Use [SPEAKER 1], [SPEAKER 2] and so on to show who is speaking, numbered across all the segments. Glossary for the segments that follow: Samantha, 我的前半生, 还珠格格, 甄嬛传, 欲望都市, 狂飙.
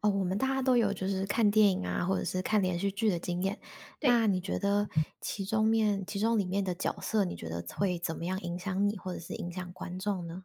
[SPEAKER 1] 哦，我们大家都有就是看电影啊，或者是看连续剧的经验。
[SPEAKER 2] 对，
[SPEAKER 1] 那你觉得其中里面的角色，你觉得会怎么样影响你，或者是影响观众呢？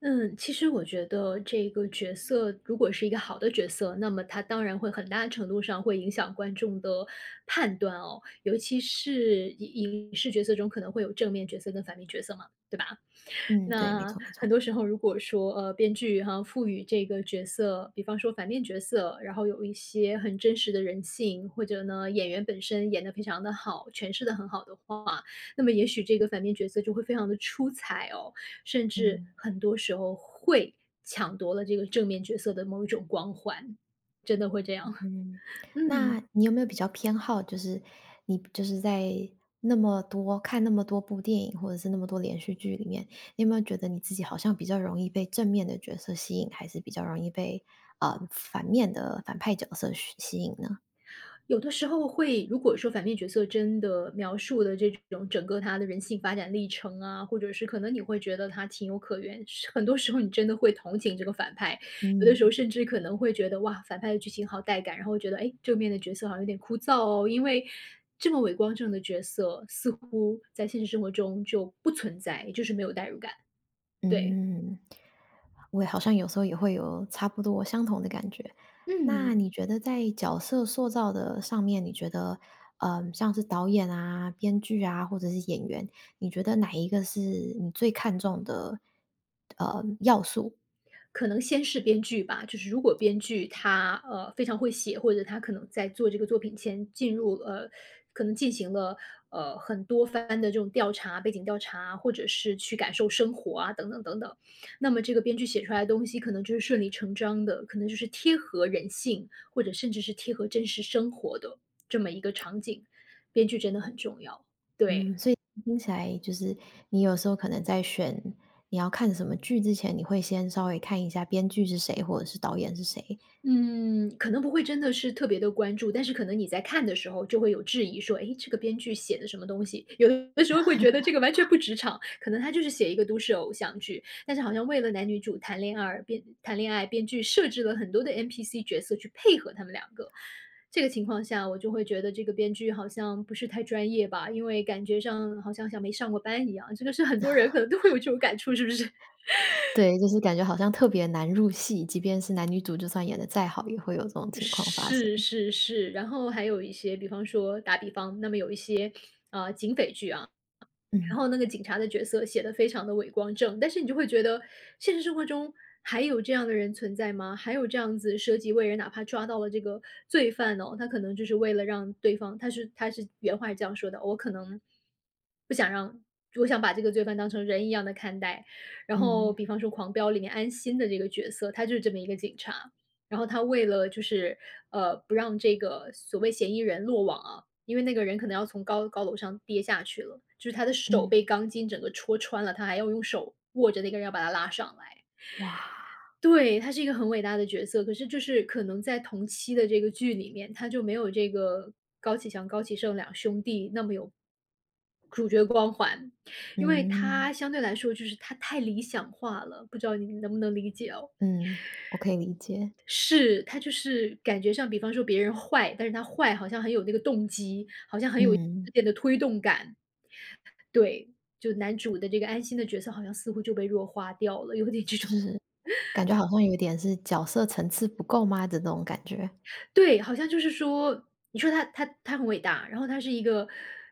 [SPEAKER 2] 嗯，其实我觉得这个角色如果是一个好的角色，那么它当然会很大程度上会影响观众的判断哦，尤其是影视角色中可能会有正面角色跟反面角色嘛，对吧？
[SPEAKER 1] 嗯，对，没
[SPEAKER 2] 那
[SPEAKER 1] 错没
[SPEAKER 2] 很
[SPEAKER 1] 错。
[SPEAKER 2] 多时候，如果说编剧哈、赋予这个角色，比方说反面角色，然后有一些很真实的人性，或者呢演员本身演的非常的好，诠释的很好的话，那么也许这个反面角色就会非常的出彩哦，甚至
[SPEAKER 1] 嗯
[SPEAKER 2] 很多时候会抢夺了这个正面角色的某一种光环，真的会这样，
[SPEAKER 1] 嗯，
[SPEAKER 2] 嗯。
[SPEAKER 1] 那你有没有比较偏好，就是你就是在那么多部电影，或者是那么多连续剧里面，你有没有觉得你自己好像比较容易被正面的角色吸引，还是比较容易被反面的反派角色吸引呢？
[SPEAKER 2] 有的时候会，如果说反面角色真的描述的这种整个他的人性发展历程啊，或者是可能你会觉得他情有可原，是很多时候你真的会同情这个反派，有的时候
[SPEAKER 1] 嗯。
[SPEAKER 2] 甚至可能会觉得哇，反派的剧情好带感，然后会觉得哎，诶正面的角色好像有点枯燥哦，因为这么伟光正的角色似乎在现实生活中就不存在，也就是没有代入感。对，
[SPEAKER 1] 嗯，我好像有时候也会有差不多相同的感觉。那
[SPEAKER 2] 嗯，
[SPEAKER 1] 你觉得在角色塑造的上面，你觉得，像是导演啊、编剧啊，或者是演员，你觉得哪一个是你最看重的，要素？
[SPEAKER 2] 可能先是编剧吧，就是如果编剧他，非常会写，或者他可能在做这个作品前进入可能进行了，很多番的这种调查、背景调查，或者是去感受生活啊，等等等等。那么这个编剧写出来的东西可能就是顺理成章的，可能就是贴合人性，或者甚至是贴合真实生活的这么一个场景，编剧真的很重要，对。
[SPEAKER 1] 嗯，所以听起来就是你有时候可能在选你要看什么剧之前，你会先稍微看一下编剧是谁，或者是导演是谁。
[SPEAKER 2] 嗯，可能不会真的是特别的关注，但是可能你在看的时候就会有质疑说：“哎，这个编剧写的什么东西？”有的时候会觉得这个完全不职场，可能他就是写一个都市偶像剧，但是好像为了男女主谈恋爱编谈恋爱，编剧设置了很多的 NPC 角色去配合他们两个。这个情况下我就会觉得这个编剧好像不是太专业吧，因为感觉上好像像没上过班一样，这个是很多人可能都会有这种感触，是不是？
[SPEAKER 1] 对，就是感觉好像特别难入戏，即便是男女主就算演的再好，也会有这种情况发生。
[SPEAKER 2] 是是是，然后还有一些，比方说打比方，那么有一些警匪剧啊，
[SPEAKER 1] 嗯。
[SPEAKER 2] 然后那个警察的角色写的非常的伟光正，但是你就会觉得现实生活中还有这样的人存在吗？还有这样子舍己为人，哪怕抓到了这个罪犯哦，他可能就是为了让对方，他是原话是这样说的，我可能。我想把这个罪犯当成人一样的看待。然后
[SPEAKER 1] 嗯。
[SPEAKER 2] 比方说《狂飙》里面安心的这个角色，他就是这么一个警察，然后他为了就是，不让这个所谓嫌疑人落网啊，因为那个人可能要从高楼上跌下去了，就是他的手
[SPEAKER 1] 嗯。
[SPEAKER 2] 被钢筋整个戳穿了，他还要用手握着那个人要把他拉上来。
[SPEAKER 1] 哇。
[SPEAKER 2] 对，他是一个很伟大的角色，可是就是可能在同期的这个剧里面，他就没有这个高启强、高启盛两兄弟那么有主角光环，因为他
[SPEAKER 1] 嗯。
[SPEAKER 2] 相对来说就是他太理想化了，不知道你能不能理解哦？
[SPEAKER 1] 嗯，我可以理解。
[SPEAKER 2] 是，他就是感觉上，比方说别人坏，但是他坏好像很有那个动机，好像很有一
[SPEAKER 1] 嗯，
[SPEAKER 2] 件的推动感。对，就男主的这个安心的角色好像似乎就被弱化掉了，有点这种
[SPEAKER 1] 就是感觉好像有点是角色层次不够吗的那种感觉。
[SPEAKER 2] 对，好像就是说，你说他很伟大，然后他是一个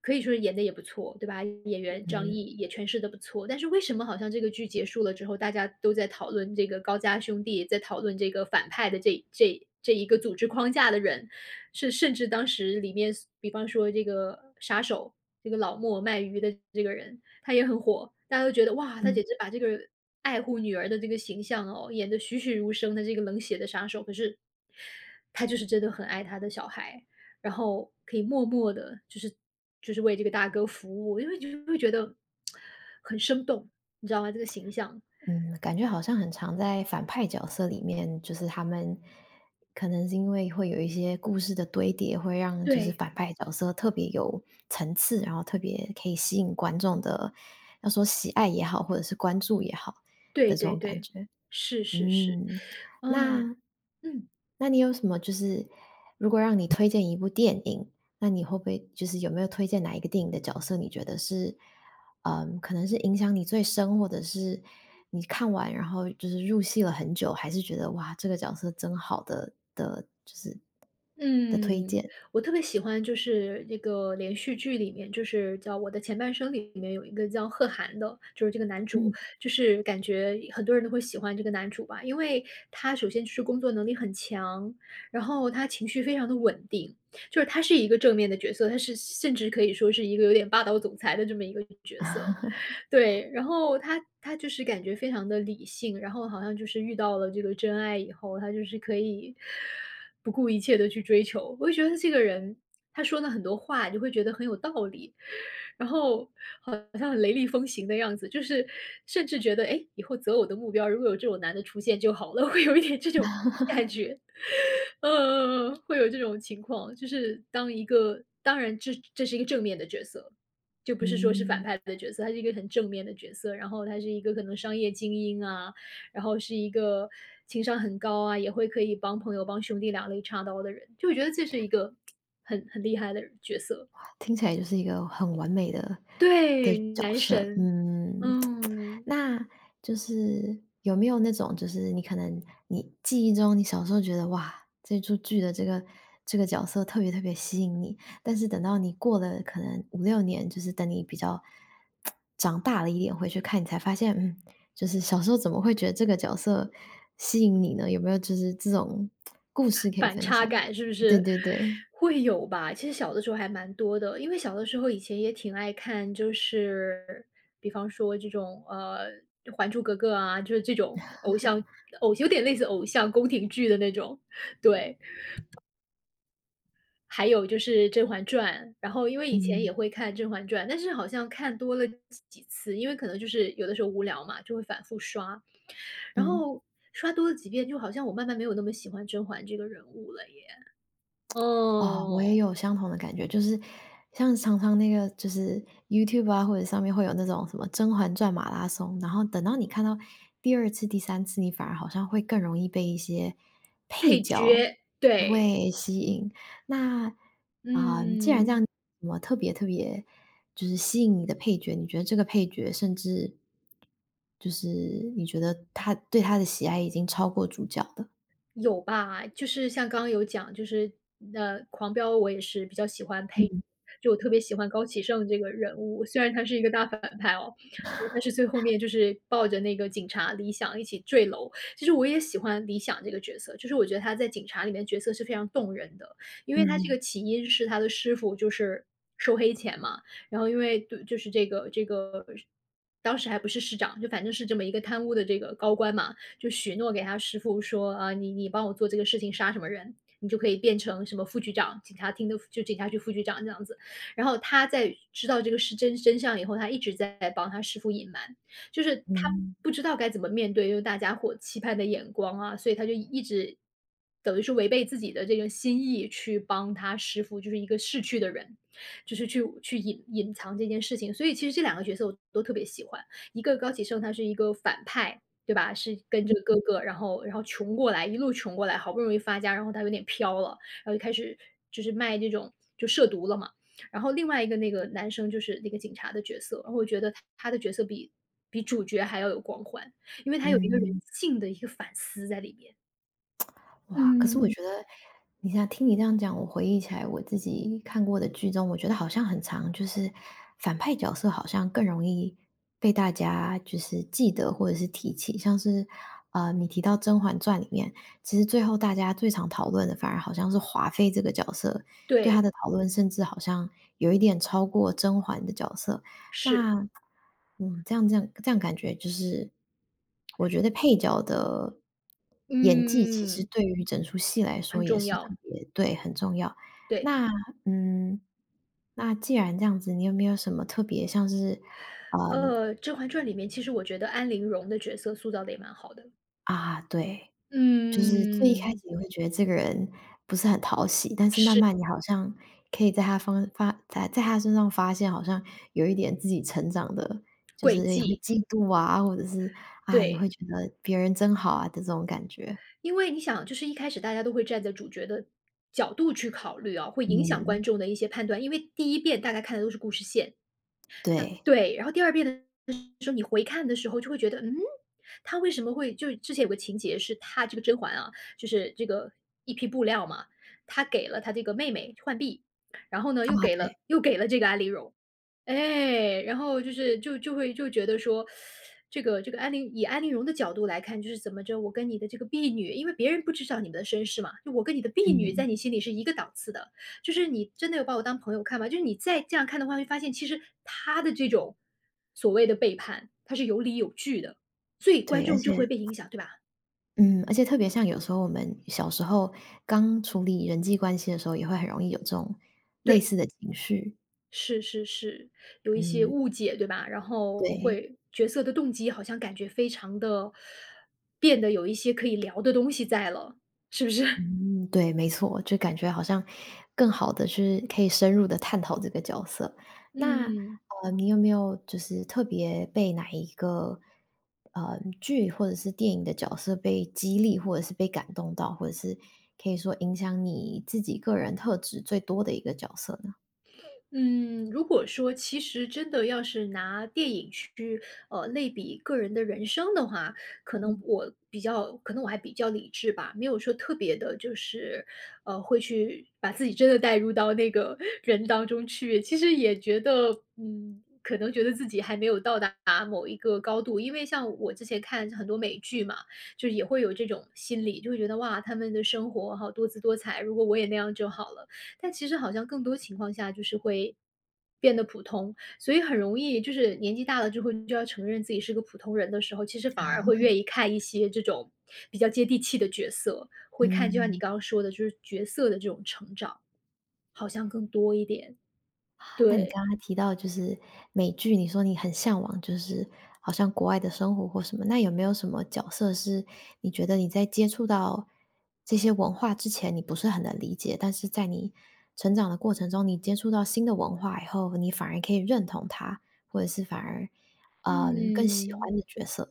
[SPEAKER 2] 可以说演的也不错，对吧？演员张
[SPEAKER 1] 嗯。
[SPEAKER 2] 译也诠释的不错，但是为什么好像这个剧结束了之后，大家都在讨论这个高家兄弟，在讨论这个反派的这一个组织框架的人，是甚至当时里面比方说这个杀手，这个老莫卖鱼的这个人，他也很火，大家都觉得哇，他简
[SPEAKER 1] 嗯。
[SPEAKER 2] 直把这个爱护女儿的这个形象哦，演得栩栩如生的这个冷血的杀手，可是他就是真的很爱他的小孩，然后可以默默的，就是为这个大哥服务，因为就会觉得很生动，你知道吗？这个形象。
[SPEAKER 1] 嗯，感觉好像很常在反派角色里面，就是他们可能是因为会有一些故事的堆叠，会让就是
[SPEAKER 2] 对，
[SPEAKER 1] 反派角色特别有层次，然后特别可以吸引观众的，要说喜爱也好，或者是关注也好
[SPEAKER 2] 对
[SPEAKER 1] 的这
[SPEAKER 2] 对
[SPEAKER 1] 种感
[SPEAKER 2] 对，
[SPEAKER 1] 觉。
[SPEAKER 2] 是是是，
[SPEAKER 1] 嗯。
[SPEAKER 2] 啊，
[SPEAKER 1] 那
[SPEAKER 2] 嗯。
[SPEAKER 1] 那你有什么就是如果让你推荐一部电影，那你会不会就是有没有推荐哪一个电影的角色，你觉得是，嗯，可能是影响你最深，或者是你看完然后就是入戏了很久，还是觉得哇，这个角色真好的，就是的推
[SPEAKER 2] 嗯，
[SPEAKER 1] 荐？
[SPEAKER 2] 我特别喜欢就是那个连续剧里面，就是叫《我的前半生》里面有一个叫贺涵的，就是这个男主，
[SPEAKER 1] 嗯。
[SPEAKER 2] 就是感觉很多人都会喜欢这个男主吧，因为他首先就是工作能力很强，然后他情绪非常的稳定，就是他是一个正面的角色，他是甚至可以说是一个有点霸道总裁的这么一个角色。对，然后他就是感觉非常的理性，然后好像就是遇到了这个真爱以后，他就是可以不顾一切的去追求。我就觉得这个人，他说的很多话，你会觉得很有道理，然后好像很雷厉风行的样子，就是甚至觉得哎，诶，以后择偶的目标如果有这种男的出现就好了，会有一点这种感觉。呃嗯，会有这种情况，就是当一个当然这是一个正面的角色，就不是说是反
[SPEAKER 1] 嗯，
[SPEAKER 2] 派的角色，他是一个很正面的角色，然后他是一个可能商业精英啊，然后是一个情商很高啊，也会可以帮朋友、帮兄弟两肋插刀的人，就我觉得这是一个很厉害的角色。
[SPEAKER 1] 听起来就是一个很完美的的
[SPEAKER 2] 对，
[SPEAKER 1] 角
[SPEAKER 2] 男
[SPEAKER 1] 色，
[SPEAKER 2] 神，
[SPEAKER 1] 嗯。
[SPEAKER 2] 嗯。
[SPEAKER 1] 那就是有没有那种，就是你可能你记忆中，你小时候觉得哇，这出剧的这个角色特别特别吸引你，但是等到你过了可能5、6年，就是等你比较长大了一点回去看，你才发现，嗯，就是小时候怎么会觉得这个角色吸引你呢？有没有就是这种故事可以
[SPEAKER 2] 反
[SPEAKER 1] 分
[SPEAKER 2] 差
[SPEAKER 1] 享？
[SPEAKER 2] 感是不
[SPEAKER 1] 对
[SPEAKER 2] 是？
[SPEAKER 1] 对对。
[SPEAKER 2] 会有吧，其实小的时候还蛮多的，因为小的时候以前也挺爱看，就是比方说这种《还珠格格》啊，就是这种偶像偶有点类似偶像宫廷剧的那种，对，还有就是《甄嬛传》，然后因为以前也
[SPEAKER 1] 嗯
[SPEAKER 2] 会看《甄嬛传》，但是好像看多了几次，因为可能就是有的时候无聊嘛，就会反复刷，然
[SPEAKER 1] 嗯。
[SPEAKER 2] 后刷多了几遍，就好像我慢慢没有那么喜欢甄嬛这个人物了耶，
[SPEAKER 1] 哦，我也
[SPEAKER 2] 哦。
[SPEAKER 1] 有相同的感觉，就是像常常那个就是 YouTube 啊，或者上面会有那种什么《甄嬛传》马拉松，然后等到你看到第二次、第三次，你反而好像会更容易被一些配
[SPEAKER 2] 配
[SPEAKER 1] 角
[SPEAKER 2] 角，对，
[SPEAKER 1] 会吸引。那，啊，既然这
[SPEAKER 2] 嗯。
[SPEAKER 1] 样，我特别特别就是吸引你的配角，你觉得这个配角甚至就是你觉得他对他的喜爱已经超过主角的？
[SPEAKER 2] 有吧，就是像刚刚有讲，就是狂飙我也是比较喜欢
[SPEAKER 1] 嗯
[SPEAKER 2] 就我特别喜欢高启盛这个人物，虽然他是一个大反派哦，但是最后面就是抱着那个警察李想一起坠楼。其实我也喜欢李想这个角色，就是我觉得他在警察里面角色是非常动人的，因为他这个
[SPEAKER 1] 嗯
[SPEAKER 2] 起因是他的师傅就是收黑钱嘛，然后因为对就是这个当时还不是市长，就反正是这么一个贪污的这个高官嘛，就许诺给他师傅说，啊，你帮我做这个事情，杀什么人，你就可以变成什么副局长，警察厅的就警察局副局长这样子。然后他在知道这个事真相以后，他一直在帮他师傅隐瞒，就是他
[SPEAKER 1] 嗯
[SPEAKER 2] 不知道该怎么面对，就是大家伙期盼的眼光啊，所以他就一直等于是违背自己的这个心意去帮他师傅，就是一个逝去的人，就是去隐藏这件事情。所以其实这两个角色我都特别喜欢，一个高启盛他是一个反派，对吧？是跟着哥哥，然后穷过来，一路穷过来，好不容易发家，然后他有点飘了，然后就开始就是卖这种就涉毒了嘛。然后另外一个那个男生就是那个警察的角色，然后我觉得他的角色比主角还要有光环，因为他有一个人
[SPEAKER 1] 嗯。
[SPEAKER 2] 性的一个反思在里面。
[SPEAKER 1] 哇，可是我
[SPEAKER 2] 嗯，
[SPEAKER 1] 觉得你像听你这样讲，我回忆起来我自己看过的剧中，我觉得好像很长，就是反派角色好像更容易被大家就是记得或者是提起，像是你提到《甄嬛传》里面，其实最后大家最常讨论的反而好像是华妃这个角色，对她
[SPEAKER 2] 对，
[SPEAKER 1] 的讨论甚至好像有一点超过甄嬛的角色。
[SPEAKER 2] 是，
[SPEAKER 1] 那嗯，这样感觉就是，我觉得配角的演技其实
[SPEAKER 2] 嗯，
[SPEAKER 1] 对于整出戏来
[SPEAKER 2] 很
[SPEAKER 1] 说也
[SPEAKER 2] 重
[SPEAKER 1] 是特
[SPEAKER 2] 要，
[SPEAKER 1] 别对，很重要。
[SPEAKER 2] 对。
[SPEAKER 1] 那嗯，那既然这样子，你有没有什么特别像是，嗯，
[SPEAKER 2] 《甄嬛传》里面其实我觉得安陵容的角色塑造的也蛮好的。
[SPEAKER 1] 啊，对。就是最一开始
[SPEAKER 2] 嗯，
[SPEAKER 1] 你会觉得这个人不是很讨喜，但是慢
[SPEAKER 2] 是，
[SPEAKER 1] 慢你好像可以在他身上发现，好像有一点自己成长的，就
[SPEAKER 2] 诡
[SPEAKER 1] 是也会
[SPEAKER 2] 计，
[SPEAKER 1] 嫉妒啊，或者是啊，也会
[SPEAKER 2] 对。
[SPEAKER 1] 觉得别人真好啊的这种感觉。
[SPEAKER 2] 因为你想，就是一开始大家都会站在主角的角度去考虑啊，会影响观
[SPEAKER 1] 嗯，
[SPEAKER 2] 众的一些判断。因为第一遍大概看的都是故事线，那
[SPEAKER 1] 对。
[SPEAKER 2] 对，然后第二遍的时候，你回看的时候就会觉得，嗯，他为什么会就是之前有个情节是他这个甄嬛啊，就是这个一批布料嘛，他给了他这个妹妹浣碧，然后呢
[SPEAKER 1] 啊，
[SPEAKER 2] 又给了
[SPEAKER 1] 对。
[SPEAKER 2] 又给了这个安陵容，哎，然后就觉得说，安陵容的角度来看，就是怎么着，我跟你的这个婢女，因为别人不知道你们的身世嘛，就我跟你的婢女在
[SPEAKER 1] 嗯，
[SPEAKER 2] 你心里是一个档次的，就是你真的有把我当朋友看吗？就是你再这样看的话，会发现其实他的这种所谓的背叛，他是有理有据的，所以观
[SPEAKER 1] 对，而
[SPEAKER 2] 众就会
[SPEAKER 1] 且
[SPEAKER 2] 被影响，对吧？
[SPEAKER 1] 嗯，而且特别像有时候我们小时候刚处理人际关系的时候，也会很容易有这种类
[SPEAKER 2] 对，
[SPEAKER 1] 似的情绪。
[SPEAKER 2] 是是是，有一些
[SPEAKER 1] 嗯，
[SPEAKER 2] 误解，对吧？然后
[SPEAKER 1] 对。
[SPEAKER 2] 会角色的动机好像感觉非常的变得有一些可以聊的东西在了，是不是？
[SPEAKER 1] 嗯，对，没错，就感觉好像更好的去可以深入的探讨这个角色。那，
[SPEAKER 2] 嗯。
[SPEAKER 1] 你有没有就是特别被哪一个，剧或者是电影的角色被激励，或者是被感动到，或者是可以说影响你自己个人特质最多的一个角色呢？
[SPEAKER 2] 嗯，如果说其实真的要是拿电影去类比个人的人生的话，可能
[SPEAKER 1] 嗯。
[SPEAKER 2] 我比较，可能我还比较理智吧，没有说特别的，就是会去把自己真的带入到那个 人当中去。其实也觉得，嗯，可能觉得自己还没有到达某一个高度，因为像我之前看很多美剧嘛，就是也会有这种心理，就会觉得哇，他们的生活好多姿多彩，如果我也那样就好了。但其实好像更多情况下就是会变得普通，所以很容易就是年纪大了之后就要承认自己是个普通人的时候，其实反而会愿意看一些这种比较接地气的角色，会看就像你
[SPEAKER 1] 嗯。
[SPEAKER 2] 刚刚说的，就是角色的这种成长，好像更多一点。
[SPEAKER 1] 那你
[SPEAKER 2] 对，
[SPEAKER 1] 刚刚提到就是美剧，你说你很向往，就是好像国外的生活或什么，那有没有什么角色是你觉得你在接触到这些文化之前，你不是很能理解，但是在你成长的过程中，你接触到新的文化以后，你反而可以认同他，或者是反而，嗯，更喜
[SPEAKER 2] 嗯。
[SPEAKER 1] 欢的角色？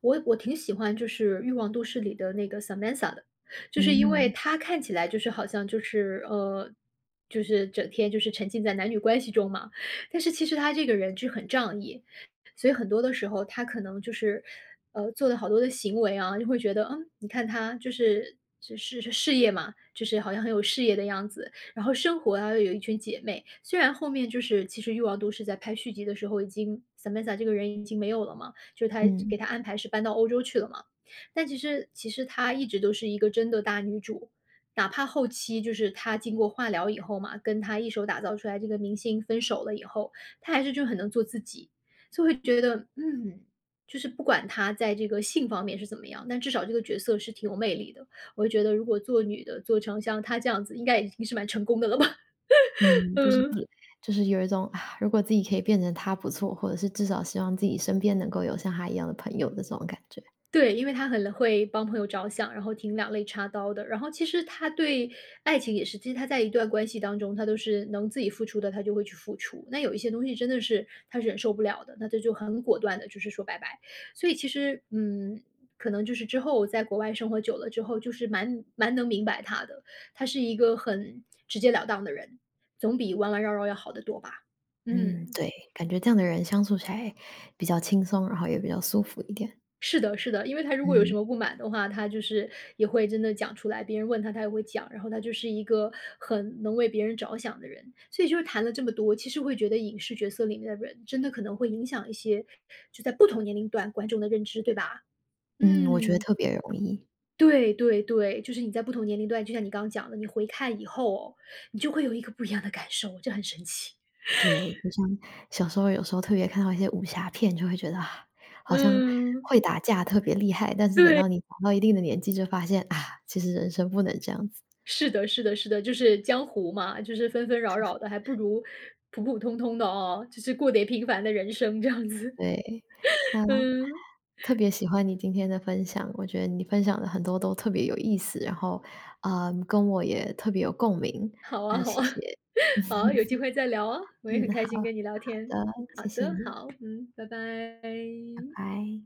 [SPEAKER 2] 我挺喜欢就是《欲望都市》里的那个 Samantha 的，就是因为
[SPEAKER 1] 嗯
[SPEAKER 2] 她看起来就是好像就是就是整天就是沉浸在男女关系中嘛，但是其实她这个人就很仗义，所以很多的时候她可能就是做了好多的行为啊，就会觉得嗯，你看她就是事业嘛，就是好像很有事业的样子，然后生活啊有一群姐妹，虽然后面就是其实《欲望都市》在拍续集的时候已经 Samantha 这个人已经没有了嘛。就是他
[SPEAKER 1] 嗯
[SPEAKER 2] 给他安排是搬到欧洲去了嘛。但其实她一直都是一个真的大女主，哪怕后期就是她经过化疗以后嘛，跟她一手打造出来这个明星分手了以后，她还是就很能做自己，就会觉得，嗯，就是不管她在这个性方面是怎么样，但至少这个角色是挺有魅力的。我就觉得如果做女的做成像她这样子，应该已经是蛮成功的了吧，
[SPEAKER 1] 嗯，就是不
[SPEAKER 2] 嗯。
[SPEAKER 1] 就是有一种啊，如果自己可以变成他不错，或者是至少希望自己身边能够有像他一样的朋友的这种感觉。
[SPEAKER 2] 对，因为他很会帮朋友着想，然后挺两肋插刀的。然后其实他对爱情也是，其实他在一段关系当中，他都是能自己付出的，他就会去付出。那有一些东西真的是他忍受不了的，那他就很果断的，就是说拜拜。所以其实，嗯，可能就是之后在国外生活久了之后，就是蛮能明白他的，他是一个很直截了当的人，总比弯弯绕绕要好得多吧。
[SPEAKER 1] 嗯，
[SPEAKER 2] 嗯。
[SPEAKER 1] 对，感觉这样的人相处起来比较轻松，然后也比较舒服一点。
[SPEAKER 2] 是的是的，因为他如果有什
[SPEAKER 1] 嗯。
[SPEAKER 2] 么不满的话，他就是也会真的讲出来，别人问他，他也会讲，然后他就是一个很能为别人着想的人。所以就是谈了这么多，其实会觉得影视角色里面的人真的可能会影响一些就在不同年龄段观众的认知，对吧？
[SPEAKER 1] 嗯，我觉得
[SPEAKER 2] 嗯，
[SPEAKER 1] 特别容易。
[SPEAKER 2] 对对对，就是你在不同年龄段，就像你刚刚讲的，你回看以后哦，你就会有一个不一样的感受，这很神奇。
[SPEAKER 1] 对，就像小时候有时候特别看到一些武侠片，就会觉得啊，好像
[SPEAKER 2] 嗯，
[SPEAKER 1] 会打架特别厉害，但是等
[SPEAKER 2] 对。
[SPEAKER 1] 到你长到一定的年纪，就发现啊，其实人生不能这样子。
[SPEAKER 2] 是的是的是的，就是江湖嘛，就是纷纷扰扰的，还不如普普通通的哦，就是过得平凡的人生这样子。
[SPEAKER 1] 对，那
[SPEAKER 2] 嗯，
[SPEAKER 1] 特别喜欢你今天的分享，我觉得你分享的很多都特别有意思，然后，嗯跟我也特别有共鸣。
[SPEAKER 2] 好啊
[SPEAKER 1] 那
[SPEAKER 2] 好
[SPEAKER 1] 谢
[SPEAKER 2] 啊，
[SPEAKER 1] 谢，
[SPEAKER 2] 好，有机会再聊啊，我也很
[SPEAKER 1] 嗯，
[SPEAKER 2] 开
[SPEAKER 1] 好。
[SPEAKER 2] 心跟你聊天。
[SPEAKER 1] 的，
[SPEAKER 2] 好
[SPEAKER 1] 谢谢
[SPEAKER 2] 的，
[SPEAKER 1] 你，
[SPEAKER 2] 好，嗯，拜拜。
[SPEAKER 1] 拜拜。